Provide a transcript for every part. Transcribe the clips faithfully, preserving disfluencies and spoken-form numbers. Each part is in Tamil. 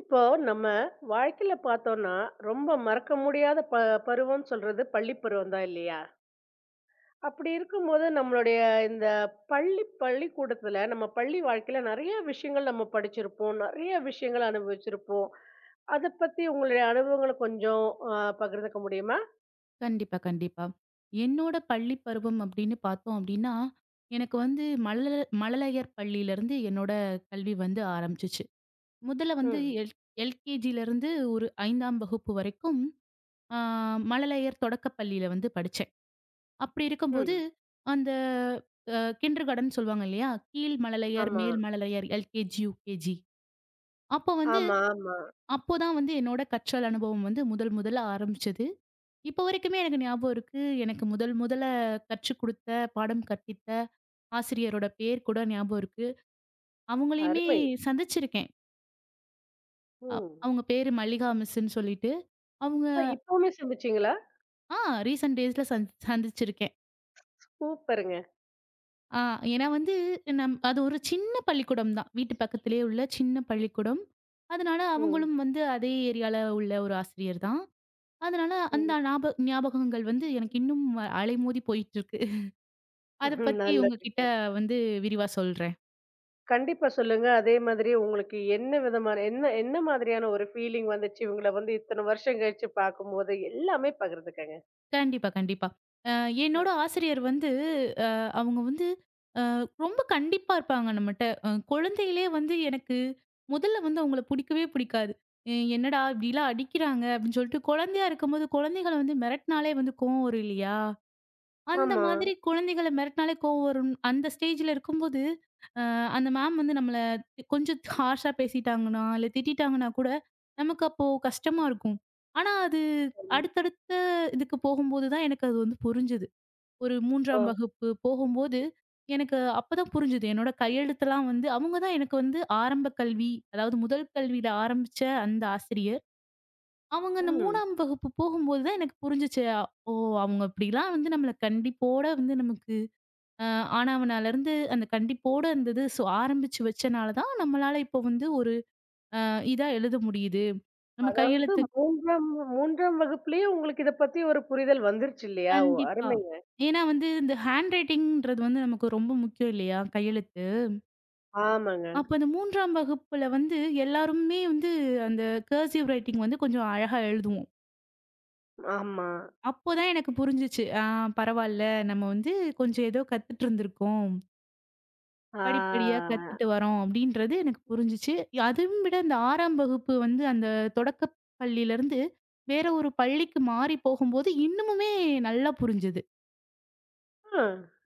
இப்போ நம்ம வாழ்க்கையில பார்த்தோம்னா, ரொம்ப மறக்க முடியாத ப பருவம்னு சொல்றது பள்ளி பருவம் தான் இல்லையா? அப்படி இருக்கும்போது நம்மளுடைய இந்த பள்ளி பள்ளிக்கூடத்துல நம்ம பள்ளி வாழ்க்கையில நெறைய விஷயங்கள் நம்ம படிச்சிருப்போம். நெறைய விஷயங்கள் அனுபவிச்சிருப்போம். அத பத்தி உங்களுடைய அனுபவங்கள கொஞ்சம் அ பகிர்ந்துக்க முடியுமா? கண்டிப்பா, கண்டிப்பா. என்னோட பள்ளி பருவம் அப்படின்னு பார்த்தோம் அப்படின்னா, எனக்கு வந்து மழல மழலையர் பள்ளியிலருந்து என்னோட கல்வி வந்து ஆரம்பிச்சுச்சு. முதல்ல வந்து ம், எல் எல்கேஜிலருந்து ஒரு ஐந்தாம் வகுப்பு வரைக்கும் ஆ மழலையர் தொடக்கப் பள்ளியில வந்து படிச்சேன். அப்படி இருக்கும்போது, ம். அந்த அ கிண்டர்கார்டன் சொல்லுவாங்க இல்லையா? கீழ் மழலையர், ஆமா. மேல் மழலையர், எல்கேஜி, யுகேஜி. அப்போ வந்து ஆமா, ஆமா. அப்போ தான் வந்து என்னோட கற்றல் அனுபவம் வந்து முதல் முதல்ல ஆரம்பிச்சது. இப்போ வரைக்குமே எனக்கு ஞாபகம் இருக்கு. எனக்கு முதல் முதல்ல கற்றுக் குடுத்த, பாடம் கற்பித்த ஆசிரியரோட பேர் கூட ஞாபகம் இருக்கு. அவங்களையுமே அருமை. சந்திச்சிருக்கேன். அ ம். அவங்க பேரு மல்லிகா மிஸ்ன்னு சொல்லிட்டு. அவங்க அ இப்பவுமே சிந்திச்சீங்களா? ஆ ரீசென்ட் டேஸ்ல சந் சந்திச்சிருக்கேன். சூப்பருங்க. ஆ ஏன்னா வந்து நம் அது ஒரு சின்ன பள்ளிக்கூடம் தான். வீட்டு பக்கத்திலேயே உள்ள சின்ன பள்ளிக்கூடம். அதனால ம், அவங்களும் வந்து அதே ஏரியால உள்ள ஒரு ஆசிரியர் தான். அதனால அந்த ம். ஞாப ஞாபகங்கள் வந்து எனக்கு இன்னும் அலைமோதி போயிட்டு இருக்கு. அத பத்தி உங்ககிட்ட நல்லதுங்க. வந்து விரிவா சொல்றேன். கண்டிப்பா சொல்லுங்க. அதே மாதிரி உங்களுக்கு என்ன விதமான என்ன என்ன மாதிரியான ஒரு ஃபீலிங் வந்துச்சு இவங்கள வந்து இத்தன வருஷம் கழிச்சு பார்க்கும்போது? எல்லாமே பகிர்ந்துக்கங்க. கண்டிப்பா, கண்டிப்பா. அ என்னோட ஆசிரியர் வந்து அ அவங்க வந்து அ ரொம்ப கண்டிப்பா இருப்பாங்க நம்மட்ட. அ குழந்தையிலே வந்து எனக்கு முதல்ல வந்து அவங்கள புடிக்கவே புடிக்காது. "எ என்னடா இப்படிலாம் அடிக்கிறாங்க" அப்படின்னு சொல்லிட்டு குழந்தையா இருக்கும்போது குழந்தைகள வந்து மிரட்டினாலே வந்து கோவம் வரும் இல்லையா? அந்த ஆமா. மாதிரி குழந்தைகள மிரட்டினாலே கோவம் வரும். அந்த ஸ்டேஜ்ல இருக்கும்போது, அ அந்த மேம் வந்து நம்மள கொஞ்சம் ஹார்ஷா பேசிட்டாங்கன்னா, இல்ல திட்டிட்டாங்கன்னா கூட, நமக்கு அப்போ கஷ்டமா இருக்கும். ஆனா அது அடுத்தடுத்த இதுக்கு போகும்போது தான் எனக்கு அது வந்து புரிஞ்சது. ஒரு ஓ! மூன்றாம் வகுப்பு போகும்போது, எனக்கு அப்பதான் புரிஞ்சது. என்னோட கையெழுத்தெல்லாம் வந்து அவங்க தான் எனக்கு வந்து ஆரம்ப கல்வி, அதாவது முதல் கல்வியில ஆரம்பிச்ச அந்த ஆசிரியர். அவங்க அந்த ம். மூன்றாம் வகுப்பு போகும்போது தான் எனக்கு புரிஞ்சுச்சு. அ- ஓ! அவங்க இப்படிலாம் வந்து நம்மள கண்டிப்போட வந்து நமக்கு அ ஆனாவனாலருந்து அந்த கண்டிப்போட அந்த இது சோ ஆரம்பிச்சு வச்சனால தான் நம்மளால இப்போ வந்து ஒரு அ இதா எழுத முடியுது. நம்ம அதாவது கையெழுத்து 3ஆம் 3ஆம் வகுப்பிலேயே உங்களுக்கு இத பத்தி ஒரு புரிதல் வந்துருச்சு இல்லையா? ஓ! கண்டிப்பா. அருமைங்க. ஏன்னா வந்து இந்த ஹேண்ட் ரைட்டிங்ன்றது வந்து நமக்கு ரொம்ப முக்கியம் இல்லையா? கையெழுத்து. ஆமாங்க. அப்ப அந்த மூன்றாம் வகுப்புல வந்து எல்லாருமே வந்து அந்த கர்சிவ் ரைட்டிங் வந்து கொஞ்சம் அழகா எழுதுவோம். ஆமா. அப்போதான் எனக்கு புரிஞ்சுச்சு. ஆ பரவால்ல. நம்ம வந்து கொஞ்சம் ஏதோ கத்துட்டு இருந்திருக்கோம். ஆ. படிப்படியா கத்துட்டு வரோம் அப்படின்றது எனக்கு புரிஞ்சுச்சு. அதுவும் விட இந்த ஆறாம் வகுப்பு வந்து அந்த தொடக்கப் பள்ளியிலருந்து வேற ஒரு பள்ளிக்கு மாறி போகும்போது இன்னமுமே நல்லா புரிஞ்சது. அ.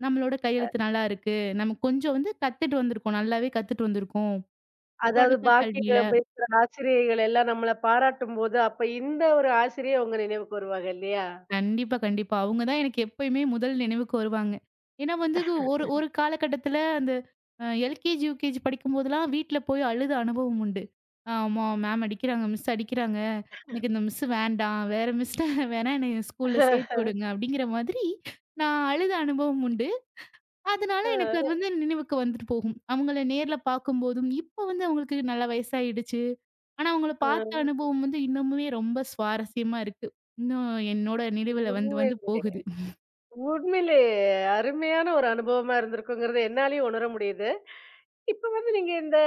நம்மளோட கையெழுத்து நல்லா இருக்கு. நம்ம கொஞ்சம் வந்து கத்துட்டு வந்திருக்கோம். நல்லாவே கத்துட்டு வந்திருக்கோம். அதாவது தொடக்க பாக்கி கல்வியில. பேசுற ஆசிரியைகள் எல்லாம் நம்மள பாராட்டும்போது, அப்ப இந்த ஒரு ஆசிரியர் உங்க நினைவுக்கு வருவாங்க இல்லையா? கண்டிப்பா, கண்டிப்பா. அவங்க தான் எனக்கு எப்பயுமே முதல் நினைவுக்கு வருவாங்க. ஏன்னா வந்து ஒரு ஒரு காலகட்டத்தில அந்த அ எல்கேஜி, யுகேஜி படிக்கும்போதெல்லாம் வீட்ல போய் அழுத அனுபவம் உண்டு. ஆமா மேம் அடிக்கிறாங்க, மிஸ் அடிக்கிறாங்க. எனக்கு இந்த மிஸ் வேண்டாம். வேற மிஸ்ட்ட வேணா என்னைய ஸ்கூல்ல சேர்த்து விடுங்க. அப்படிங்கிற மாதிரி நான் அழுத அனுபவம் உண்டு. அதனால அ, எனக்கு அது வந்து நினைவுக்கு வந்துட்டு போகும். அவங்கள நேர்ல பார்க்கும்போதும், இப்ப வந்து அவங்களுக்கு நல்லா வயசாயிடுச்சு. ஆனா அவங்கள அ. பார்த்த அனுபவம் வந்து இன்னமுமே ரொம்ப சுவாரஸ்யமா இருக்கு. இன்னும் என்னோட நினைவுல வந்து உண்மை வந்து போகுது. உண்மையிலே அருமையான ஒரு அனுபவமா இருந்திருக்குங்கிறது என்னாலயும் உணர முடியுது. இப்ப வந்து நீங்க இந்த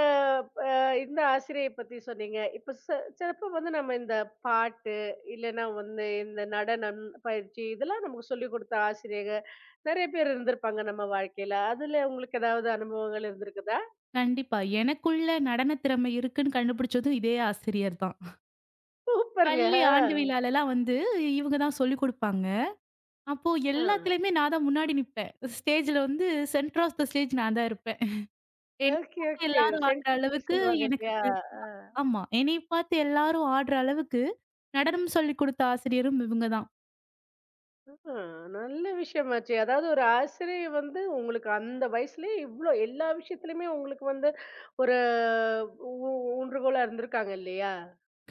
அ இந்த ஆசிரியை பத்தி சொன்னீங்க. இப்ப ச சிலப்ப வந்து நம்ம இந்த பாட்டு, இல்லன்னா வந்து இந்த நடனம் பயிற்சி இதெல்லாம் நமக்கு சொல்லிக் கொடுத்த ஆசிரியர்கள் நெறைய பேர் இருந்திருப்பாங்க நம்ம வாழ்க்கையில. அதுல உங்களுக்கு ஏதாவது அனுபவங்கள் இருந்திருக்குதா? கண்டிப்பா. எனக்குள்ள நடன திறமை இருக்குன்னு கண்டுபிடிச்சதும் இதே ஆசிரியர் தான். சூப்பருங்க. பள்ளி ஆண்டு விழாலலாம் வந்து இவங்க தான் சொல்லிக் குடுப்பாங்க. அப்போ ஆ. ஆ. எல்லாத்துலயுமே நான் தான் முன்னாடி நிப்பேன். ஸ்டேஜ்ல வந்து சென்டர் ஆஃப் த ஸ்டேஜ் நான் தான் இருப்பேன். என்ன ஓகே, பார்த்து ஓகே. எல்லாரும் ஆடுற சென்ட்ரிஃபியூகல் அளவுக்கு சொல்லுவாங்க எனக்கு இல்லையா? ஆ. ஆமா. என்னைய பார்த்து எல்லாரும் ஆடுற அளவுக்கு நடனம் சொல்லிக் குடுத்த ஆசிரியரும் இவங்க தான். ஆ, நல்ல விஷயமாச்சே. அதாவது ஒரு ஆசிரியை வந்து உங்களுக்கு அந்த வயசுலயே இவ்ளோ எல்லா விஷயத்துலயுமே உங்களுக்கு வந்து ஒரு ஊ ஊன்றுகோலா இருந்திருக்காங்க இல்லையா?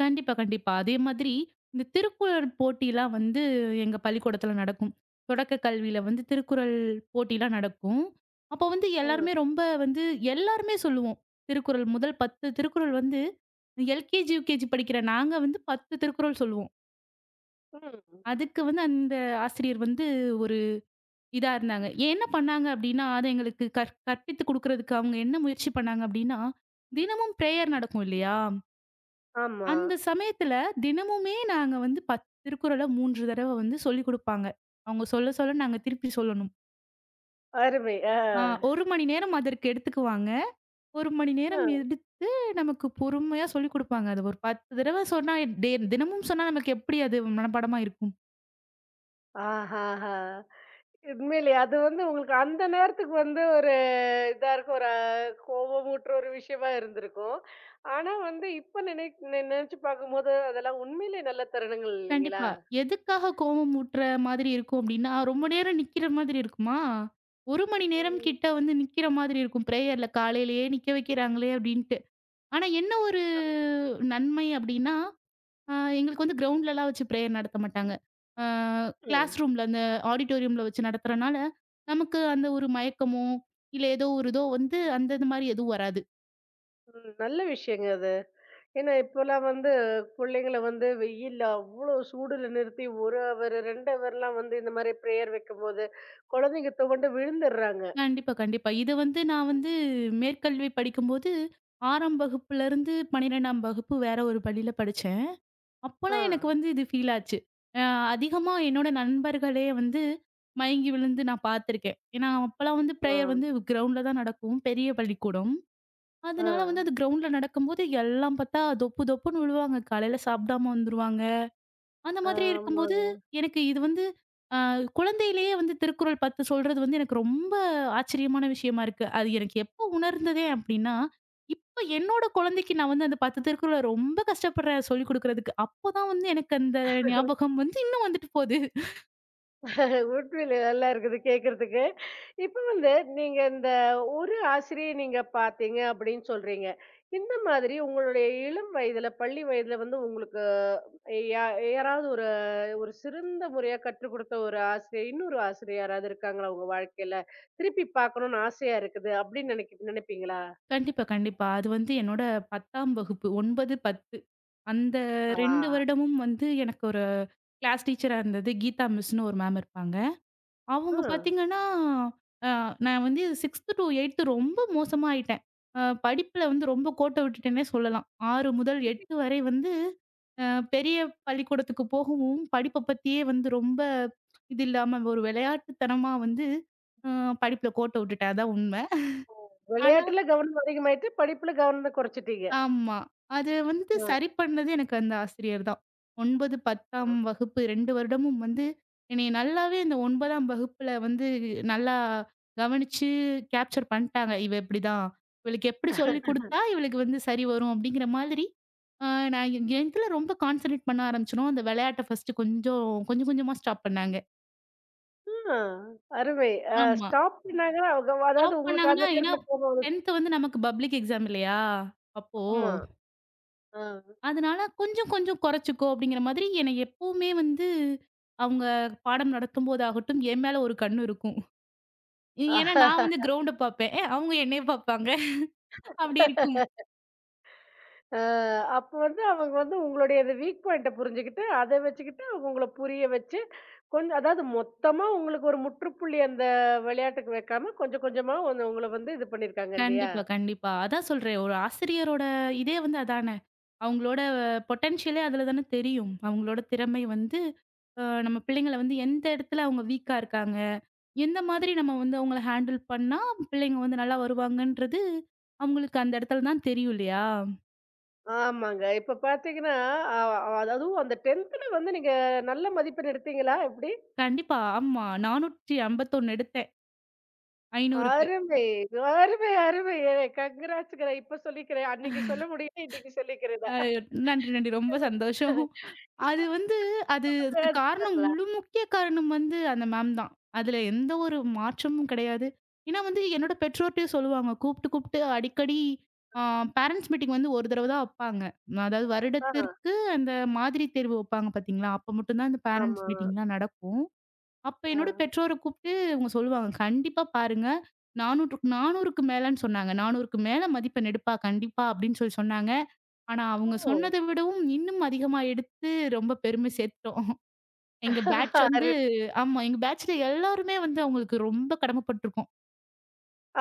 கண்டிப்பா, கண்டிப்பா. அதே மாதிரி இந்த திருக்குறள் போட்டிலாம் வந்து எங்க பள்ளிக்கூடத்துல நடக்கும். தொடக்க கல்வியில வந்து திருக்குறள் போட்டிலாம் நடக்கும். அப்போ வந்து எல்லாருமே ஆ. ரொம்ப வந்து எல்லாருமே சொல்லுவோம். திருக்குறள் முதல் பத்து திருக்குறள் வந்து எல்கேஜி, யுகேஜி படிக்கிற நாங்க வந்து பத்து திருக்குறள் சொல்லுவோம். ம். அதுக்கு வந்து அந்த ஆசிரியர் வந்து ஒரு இதா இருந்தாங்க. என்ன பண்ணாங்க அப்டின்னா, அத எங்களுக்கு கற் கற்பித்து குடுக்குறதுக்கு அவங்க என்ன முயற்சி பண்ணாங்க அப்டின்னா, தினமும் பிரேயர் நடக்கும் இல்லையா? ஆமா. அந்த சமயத்துல தினமுமே நாங்க வந்து பத்து திருக்குறள மூன்று தடவ வந்து சொல்லிக் குடுப்பாங்க. அவங்க சொல்ல, சொல்ல நாங்க திருப்பி சொல்லணும். அருமை. ஆ. ஆ ஒரு மணி நேரம் அதற்கு எடுத்துக்குவாங்க. ஒரு மணி ஆ. நேரம் எடுத்து நமக்கு பொறுமையா சொல்லிக் குடுப்பாங்க. அது ஒரு பத்து தடவ சொன்னா, டே தினமும் சொன்னா நமக்கு எப்டி அது மனப்பாடமா இருக்கும்? ஆஹாஹா! உண்மையிலேயே அது வந்து உங்களுக்கு அந்த நேரத்துக்கு வந்து ஒரு இதா இருக்கும். ஒரு அஹ், கோபமூட்டுற ஒரு விஷயமா இருந்திருக்கும். ஆனா வந்து இப்ப நினை நி- நினைச்சு பார்க்கும்போது அதெல்லாம் உண்மையிலேயே நல்ல தருணங்கள் இல்லைங்களா? கண்டிப்பா. எதுக்காக கோவம் ஊட்டுற மாதிரி இருக்கும் அப்டின்னா, ரொம்ப நேரம் நிக்கிற மாதிரி இருக்குமா? ஒரு மணி நேரம் ம். கிட்ட வந்து நிக்கிற மாதிரி இருக்கும். பிரேயர்ல காலையிலேயே நிக்க வைக்கிறாங்களே அப்டின்ட்டு. ஆனா என்ன ஒரு நன்மை அப்டின்னா, அ எங்களுக்கு வந்து கிரவுண்ட்லலாம் வச்சு பிரேயர் நடத்த மாட்டாங்க. அ கிளாஸ் ம். ரூம்ல அந்த ஆடிட்டோரியம்ல வச்சு நடத்துறனால, நமக்கு அந்த ஒரு மயக்கமோ, இல்ல ஏதோ ஒரு இதோ வந்து அந்த இது மாரி எதுவும் வராது. ம். நல்ல விஷயங்க அது. ஏன்னா, இப்போலாம் வந்து புள்ளைங்கள வந்து வெயில்ல அவ்ளோ சூடுல நிறுத்தி ஒரு ஹவர், இரண்டு ஹவர்லாம் வந்து இந்த மாரி பிரேயர் வைக்கும்போது, குழந்தைங்க துவண்டு விழுந்துடுறாங்க. கண்டிப்பா, கண்டிப்பா. இத வந்து நான் வந்து மேற்கல்வி படிக்கும்போது ஆறாம் வகுப்புலருந்து பன்னிரண்டாம் வகுப்பு வேற ஒரு பள்ளியில படிச்சேன். ஆ. அப்போலாம் எனக்கு வந்து இது ஃபீல் ஆச்சு. அ அதிகமா என்னோட நண்பர்களே வந்து மயங்கி விழுந்து நான் பார்த்துருக்கேன். ஏன்னா, அப்பலாம் வந்து ஆ. பிரேயர் வந்து கிரவுண்ட்ல தான் நடக்கும். பெரிய பள்ளிக்கூடம். ஆ. அதனால வந்து அது கிரவுண்ட்ல நடக்கும்போது எல்லாம் பார்த்தா தொப்பு தொப்புன்னு விழுவாங்க. காலையில சாப்பிடாம வந்துருவாங்க. அந்த மாதிரி இருக்கும்போது, ஆமாங்க. எனக்கு இது வந்து அ குழந்தையிலேயே வந்து திருக்குறள் பத்து சொல்றது வந்து எனக்கு ரொம்ப ஆச்சரியமான விஷயமா இருக்கு. அது எனக்கு எப்போ உணர்ந்ததே அப்டின்னா, இப்ப என்னோட குழந்தைக்கு நான் வந்து அந்த பத்து திருக்குறள ரொம்ப கஷ்டப்படுறேன் சொல்லிக் குடுக்குறதுக்கு. அப்பதான் வந்து எனக்கு அந்த ஞாபகம் வந்து இன்னும் வந்துட்டு போது. உண்மையிலே நல்லா இருக்குது கேட்கறதுக்கு. இப்ப வந்து நீங்க இந்த ஒரு ஆசிரியை நீங்க பார்த்தீங்க அப்படின்னு சொல்றீங்க. இந்த மாதிரி உங்களுடைய இளம் வயதுல, பள்ளி வயதுல வந்து உங்களுக்கு யா யாராவது ஒரு ஒரு சிறந்த முறையா கற்றுக் கொடுத்த ஒரு ஆசிரியர், இன்னொரு ஆசிரியர் யாராவது இருக்காங்களா உங்க வாழ்க்கையில? திருப்பி பார்க்கணும்னு ஆசையா இருக்குது அப்படின்னு நெனைக்க நெனைப்பீங்களா? கண்டிப்பா, கண்டிப்பா. அது வந்து என்னோட பத்தாம் வகுப்பு ஒன்பது, பத்து அந்த ஆ. இரண்டு வருடமும் வந்து எனக்கு ஒரு கிளாஸ் டீச்சரா இருந்தது. கீதா மிஸ்ன்னு ஒரு மேம் இருப்பாங்க. அவங்க ம். பார்த்தீங்கன்னா, அ நான் வந்து ஆறாம் டூ எட்டாம் ரொம்ப மோசமா ஆயிட்டேன். அ படிப்புல வந்து ரொம்ப கோட்ட விட்டுட்டேன்னே சொல்லலாம். ஆறு முதல் எட்டு வரை வந்து அ பெரிய பள்ளிக்கூடத்துக்கு போகவும், படிப்ப பத்தியே வந்து ரொம்ப இது இல்லாம ஒரு விளையாட்டுத்தனமா வந்து அ படிப்புல கோட்ட விட்டுட்டேன். அதான் உண்ம. விளையாட்டுல கவனம் அதிகமாயிட்டு, படிப்புல கவனத்த குறைச்சுட்டீங்க. ஆமா. அது வந்து ஆ, சரி பண்ணது எனக்கு அந்த ஆசிரியர் தான். ஒன்பது, பத்தாம் வகுப்பு இரண்டு வருடமும் வந்து என்னைய நல்லாவே இந்த ஒன்பதாம் வகுப்புல வந்து நல்லா கவனிச்சு கேப்சர் பண்ணிட்டாங்க. இவ இப்படிதான். இவளுக்கு எப்படி ஆ. சொல்லிக் குடுத்தா இவளுக்கு வந்து சரி வரும் அப்படிங்கிற மாதிரி, அ நான் எ எதுல ரொம்ப கான்சன்ட்ரேட் பண்ண ஆரம்பிச்சனோ, அந்த விளையாட்ட ஃபர்ஸ்ட்டு கொஞ்சம் கொஞ்சம் கொஞ்சமா ஸ்டாப் பண்ணாங்க. ஆ அருமை. அ ஆமா. ஸ்டாப் பண்ணாங்கன்னா, அவங்க அதாவது ஸ்டாப் உங்களுக்கு அந்த பண்ணாங்கன்னா, ஏன்னா நேரத்துல கோபம் வரும். பத்தாம் வந்து நமக்கு பப்ளிக் எக்ஸாம் இல்லையா? அப்போ ஆமா. ஆ. அதனால கொஞ்சம் கொஞ்சம் குறைச்சுக்கோ அப்படிங்கிற மாதிரி என்னை எப்பவுமே வந்து அவங்க பாடம் நடத்தும்போது ஆகட்டும் என் மேல ஒரு கண்ணு இருக்கும். ஏன்னா நான் வந்து கிரவுண்ட பார்ப்பேன். அவங்க என்னைய பார்ப்பாங்க. அப்படி இருக்கும். அ அப்ப வந்து அவங்க வந்து உங்களுடைய அந்த வீக் பாயிண்ட்ட புரிஞ்சுகிட்டு, அத வச்சுக்கிட்டு அவங்க உங்கள புரிய வச்சு, கொஞ்சம் அதாவது மொத்தமா உங்களுக்கு ஒரு முற்றுப்புள்ளி அந்த விளையாட்டுக்கு வைக்காம, கொஞ்சம் கொஞ்சமா வந்து உங்கள வந்து இது பண்ணியிருக்காங்க இல்லையா? கண்டிப்பா, கண்டிப்பா. அதான் சொல்றேன். ஒரு ஆசிரியரோட இதே வந்து அதானே. அவங்களோட பொட்டன்ஷியலே அதுல தானே தெரியும். அவங்களோட திறமை வந்து அ நம்ம பிள்ளைங்கள வந்து எந்த இடத்துல அவங்க வீக்கா இருக்காங்க. எந்த மாதிரி நம்ம வந்து அவங்கள ஹேண்டில் பண்ணா பிள்ளைங்க வந்து நல்லா வருவாங்கன்றது அவங்களுக்கு அந்த இடத்துல தான் தெரியும் இல்லையா? ஆமாங்க. இப்ப பார்த்தீங்கன்னா, அ அ- அதுவும் அந்த டென்த்துல வந்து நீங்க நல்ல மதிப்பெண் எடுத்தீங்களா? எப்படி? கண்டிப்பா. ஆமா. நானூற்று ஐம்பத்தி ஒன்று எடுத்தேன். ஐந்நூறுக்கு. அருமை! அருமை! அருமை! ஏ கங்கிராட்ஸ்ங்க நான் இப்ப சொல்லிக்கிறேன். அன்னைக்கு சொல்ல முடியல, இன்னைக்கு சொல்லிக்கிறேன் அ நான். நன்றி, நன்றி. ரொம்ப சந்தோஷம். அது இப்ப வந்து அது அதுக்கு காரணம் இருக்காங்களா? முழு முக்கிய காரணம் வந்து அந்த மேம் தான். அதுல எந்த ஒரு மாற்றமும் கிடையாது. ஏன்னா வந்து என்னோட பெற்றோர்ட்டயும் சொல்லுவாங்க. கூப்ட்டு, கூப்ட்டு அடிக்கடி அ பேரண்ட்ஸ் மீட்டிங் வந்து ஒரு தடவ தான் வப்பாங்க. அதாவது ஆ, வருடத்திற்கு அந்த மாதிரி தேர்வு வப்பாங்க பார்த்தீங்களா? அப்ப மட்டும் தான் இந்த ஆமா. பேரண்ட்ஸ் மீட்டிங்லாம் நடக்கும். அப்ப ஆ. என்னோட பெற்றோர கூப்ட்டு அவங்க சொல்லுவாங்க, "கண்டிப்பா பாருங்க. நானூறு நானூறுக்கு மேலன்னு சொன்னாங்க. நானூறுக்கு மேல மதிப்பெண் எடுப்பா கண்டிப்பா" அப்படின்னு சொல்லி சொன்னாங்க. ஆனா அவங்க ஓ! சொன்னத விடவும் இன்னும் அதிகமா எடுத்து ரொம்ப பெருமை சேர்த்துட்டோம். எங்க பேட்ச் வந்து அரு ஆமா எங்க பேட்ச்ல எல்லாருமே வந்து அவங்களுக்கு ரொம்ப கடமைப்பட்டுருக்கோம்.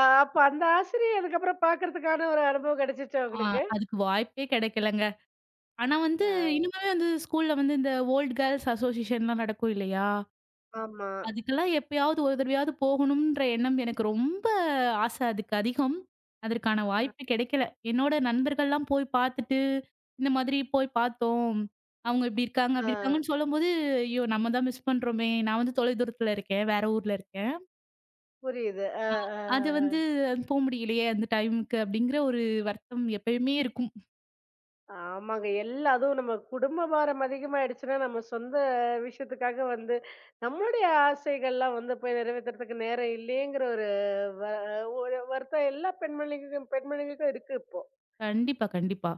அ அப்ப அந்த ஆசிரியர் அதுக்கப்புறம் பார்க்கறதுக்கான ஒரு அனுபவம் கிடைச்சுச்சா ஆ, உங்களுக்கு? அதுக்கு வாய்ப்பே கிடைக்கலங்க. ஆனா வந்து, இனிமே வந்து ஸ்கூல்ல வந்து இந்த ஓல்ட் கேர்ள்ஸ் அசோசியேஷன்லாம் நடக்கும் இல்லையா? ஆமா. அதுக்கெல்லாம் எப்பயாவது ஒரு தடவையாவது போகணும்ன்ற எண்ணம் எனக்கு ரொம்ப ஆசை அதுக்கு அதிகம். அதற்கான வாய்ப்பு கிடைக்கல. என்னோட நண்பர்கள்லாம் போய் பார்த்துட்டு, இந்த மாதிரி போய் பார்த்தோம். அவங்க இப்படி இருக்காங்க, ஆ அப்படி இருக்காங்கன்னு சொல்லும்போது, ஐயோ! நம்ம தான் மிஸ் பண்றோமே! நான் வந்து தொலைதூரத்தில இருக்கேன். வேற ஊர்ல இருக்கேன். புரியுது. ஆ, ஆ, அது வந்து ஆ. போ முடியலையே அந்த டைமுக்கு அப்படிங்கிற ஒரு வருத்தம் எப்பயுமே இருக்கும். ஆமாங்க. எல்லா அதுவும் நம்ம குடும்ப பாரம் அதிகமாயிடுச்சுன்னா, நம்ம சொந்த விஷயத்துக்காக வந்து, நம்மளுடைய ஆசைகள்லாம் வந்து போய் நிறைவேத்துறதுக்கு நேரம் இல்லையேங்கிற ஒரு வ ஒரு வருத்தம் எல்லா பெண்மணிகளுக்கும் பெண்மணிகளுக்கும் இருக்கு இப்போ. கண்டிப்பா, கண்டிப்பா.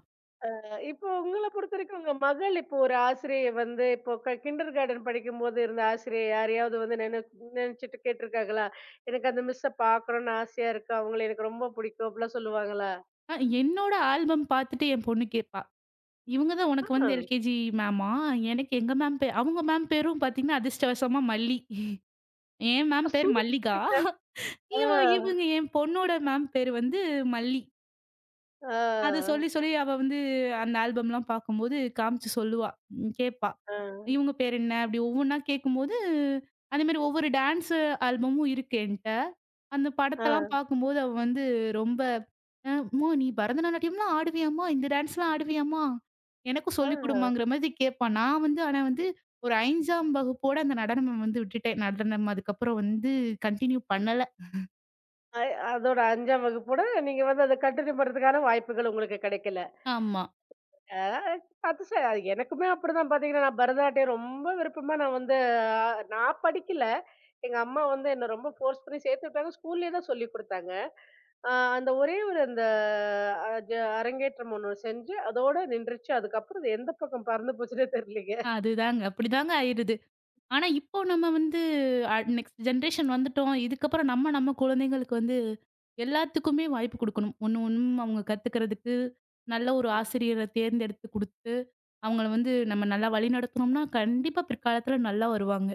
அ இப்போ உங்கள பொறுத்தவரைக்கும் உங்க மகள் இப்போ ஒரு ஆசிரியை வந்து இப்போ க கிண்டர்கார்டன் படிக்கும்போது இருந்த ஆசிரியை யாரையாவது வந்து நினை நினைச்சுட்டு கேட்டுருக்காங்களா? எனக்கு அந்த மிஸ்ஸ பார்க்கணும்னு ஆசையா இருக்கு. அவங்கள எனக்கு ரொம்ப பிடிக்கும் அப்படிலாம் சொல்லுவாங்களா? அ என்னோட ஆல்பம் பார்த்துட்டு என் பொண்ணு கேட்பா. இவங்க தான் ஆ. உனக்கு வந்து எல்கேஜி மேமா? எனக்கு எங்க மேம் பே அவங்க மேம் பேரும் பார்த்தீங்கன்னா, அதிர்ஷ்டவசமா மல்லி. என் மேம் பேர் மல்லிகா. சூப்பருங்க. ஆ. இவ இவங்க என் பொண்ணோட மேம் பேரு வந்து மல்லி. அத ஆ. சொல்லி, சொல்லி அவ வந்து அந்த ஆல்பம்லாம் பார்க்கும்போது காமிச்சு சொல்லுவா. ம் கேட்பா. ஆ. இவங்க பேர் என்ன? அப்படி ஒவ்வொன்னா கேட்கும்போது, அந்த மாரி ஒவ்வொரு டான்ஸு ஆல்பமும் இருக்கு என்ட்ட. அந்த படத்தெல்லாம் ஆ. பார்க்கும்போது அவ வந்து ரொம்ப, "அ அம்மா நீ பரதநாட்டியம்லாம் ஆடுவியாம்மா? இந்த டான்ஸ்லாம் ஆடுவியாம்மா? எனக்கும் ஆ, சொல்லிக் குடுமாங்கிற" மாதிரி கேட்பா. நான் வந்து ஆனா வந்து ஒரு 5ஆம் வகுப்போட அந்த நடனம் வந்து விட்டுட்டேன். நடனம் அதுக்கப்புறம் வந்து கன்டின்யூ பண்ணல. அ அதோட ஐந்தாம் வகுப்போட நீங்க வந்து அத கன்டின்யூ பண்றதுக்கான வாய்ப்புகள் உங்களுக்கு கிடைக்கல. ஆமா. அ அதிசயம் அது எனக்குமே அப்படிதான் பாத்தீங்கன்னா, நான் பரதநாட்டியம் ரொம்ப விருப்பமா நான் வந்து அ நான் படிக்கல. எங்க அம்மா வந்து என்ன ரொம்ப ஃபோர்ஸ் பண்ணி சேர்த்து விட்டாங்க. ஸ்கூல்லயே தான் சொல்லிக் குடுத்தாங்க. அ அந்த ஒரே ஒரு அந்த அ ஜ அரங்கேற்றம் ஒண்ணு செஞ்சு, அதோட நின்றுச்சு. அதுக்கப்புறம் அது எந்த பக்கம் பறந்து போச்சுன்னே தெரியலங்க. அதுதாங்க. அப்படிதாங்க ஆயிருது. ஆனா, இப்போ நம்ம வந்து அ நெக்ஸ்ட் ஜென்ரேஷன் வந்துட்டோம். இதுக்கப்புறம் நம்ம, நம்ம குழந்தைங்களுக்கு வந்து எல்லாத்துக்குமே வாய்ப்பு குடுக்கணும். ஒண்ணு ஒண்ணும் அவங்க கத்துக்கிறதுக்கு நல்ல ஒரு ஆசிரியர தேர்ந்தெடுத்து குடுத்து, அவங்கள வந்து நம்ம நல்லா வழிநடத்துனோம்னா, கண்டிப்பா பிற்காலத்துல நல்லா வருவாங்க.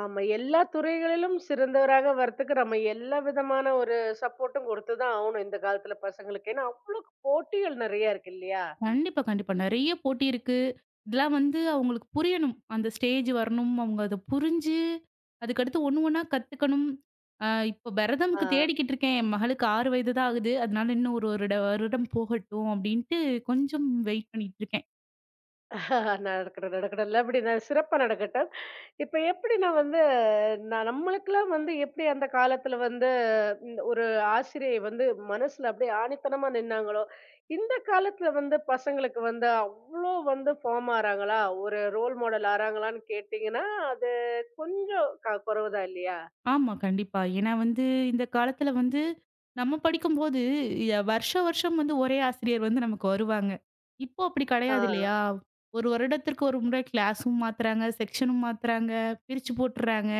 ஆமா. எல்லா துறைகளிலும் சிறந்தவராக வர்றதுக்கு நம்ம எல்லா விதமான ஒரு சப்போர்ட்டும் குடுத்து தான் ஆவணும் இந்த காலத்துல பசங்களுக்கு. ஏன்னா, அவ்ளோக்கு போட்டிகள் நெறைய இருக்கு இல்லையா? கண்டிப்பா, கண்டிப்பா. நெறைய போட்டி இருக்கு. இதெல்லாம் வந்து அவங்களுக்கு புரியணும். அந்த ஸ்டேஜ் வரணும். அவங்க அத புரிஞ்சு, அதுக்கடுத்து ஒண்ணு ஒண்ணா கத்துக்கணும். அ இப்ப ஆ. பரதம்க்கு தேடிக்கிட்டு இருக்கேன். என் மகளுக்கு ஆறு வயது தான் ஆகுது. அதனால இன்னும் ஒரு வருட வருடம் போகட்டும் அப்படின்ட்டு கொஞ்சம் வெயிட் பண்ணிட்டு இருக்கேன். ஆஹ் நடக்கட்டும், நடக்கட்டும். நல்லபடியா சிறப்பா நடக்கட்டும். இப்ப எப்படின்னா வந்து, ந நம்மளுக்கெல்லாம் வந்து எப்படி அந்த காலத்துல வந்து ம் ஒரு ஆசிரியை வந்து மனசுல அப்படியே ஆணித்தனமா நின்னாங்களோ, இந்த காலத்துல வந்து பசங்களுக்கு வந்து அவ்ளோ வந்து ஃபார்ம் ஆறாங்களா? ஒரு ரோல் மாடல் ஆறாங்களான்னு கேட்டீங்கன்னா, அது கொஞ்சம் க குறைவுதான் இல்லையா? ஆமா, கண்டிப்பா. ஏன்னா வந்து இந்த காலத்துல வந்து நம்ம படிக்கும்போது ய வருஷம் வருஷம் வந்து ஒரே ஆசிரியர் வந்து நமக்கு வருவாங்க. இப்போ அப்படி ஆ கிடையாது இல்லையா? ஒரு வருடத்திற்கு ஒரு முறை கிளாஸும் மாத்துறாங்க, செக்ஷனும் மாத்துறாங்க, பிரிச்சு போட்டுறாங்க.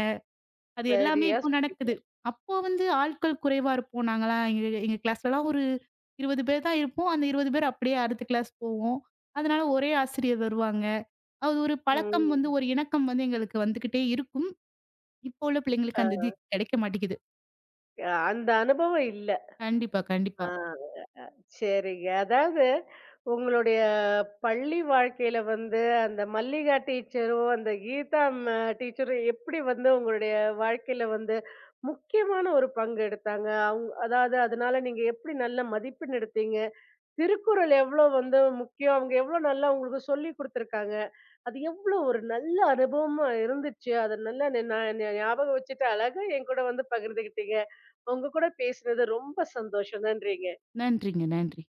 அது எல்லாமே சரியா இப்போ சொன்னீங்க. நடக்குது. அப்போ வந்து ஆட்கள் குறைவா இருப்போம் நாங்கலாம். எங்க எங்க கிளாஸ்லலாம் ஒரு இருபது பேர் தான் இருப்போம். அந்த இருபது பேர் அப்படியே அடுத்த கிளாஸ் போவோம். அதனால ஒரே ஆசிரியர் வருவாங்க. அது ஒரு பழக்கம் வந்து ம். ஒரு இணக்கம் வந்து எங்களுக்கு வந்துகிட்டே இருக்கும். இப்போ உள்ள அ பிள்ளைங்களுக்கு அந்த இது கிடைக்க மாட்டேங்குது. அந்த அனுபவம் இல்ல. கண்டிப்பா, கண்டிப்பா. ஆ. சரிங்க. அதாவது உங்களுடைய பள்ளி வாழ்க்கையில வந்து, அந்த மல்லிகா டீச்சரும், அந்த கீதா ம டீச்சரும் எப்படி வந்து உங்களுடைய வாழ்க்கையில வந்து முக்கியமான ஒரு பங்கு எடுத்தாங்க? அவுங் அதாவது அதனால நீங்க எப்படி நல்ல மதிப்பெண் எடுத்தீங்க? திருக்குறள் எவ்ளோ வந்து முக்கியம்? அவங்க எவ்ளோ நல்லா உங்களுக்கு சொல்லிக் குடுத்துருக்காங்க? அது எவ்ளோ ஒரு நல்ல அனுபவமா இருந்துச்சு? அத நல்லா நி நா ஞா ஞாபகம் வச்சுட்டு அழகா என்கூட வந்து பகிர்ந்துக்கிட்டீங்க. உங்க கூட பேசினது ரொம்ப சந்தோஷம். நன்றிங்க. நன்றிங்க, நன்றி.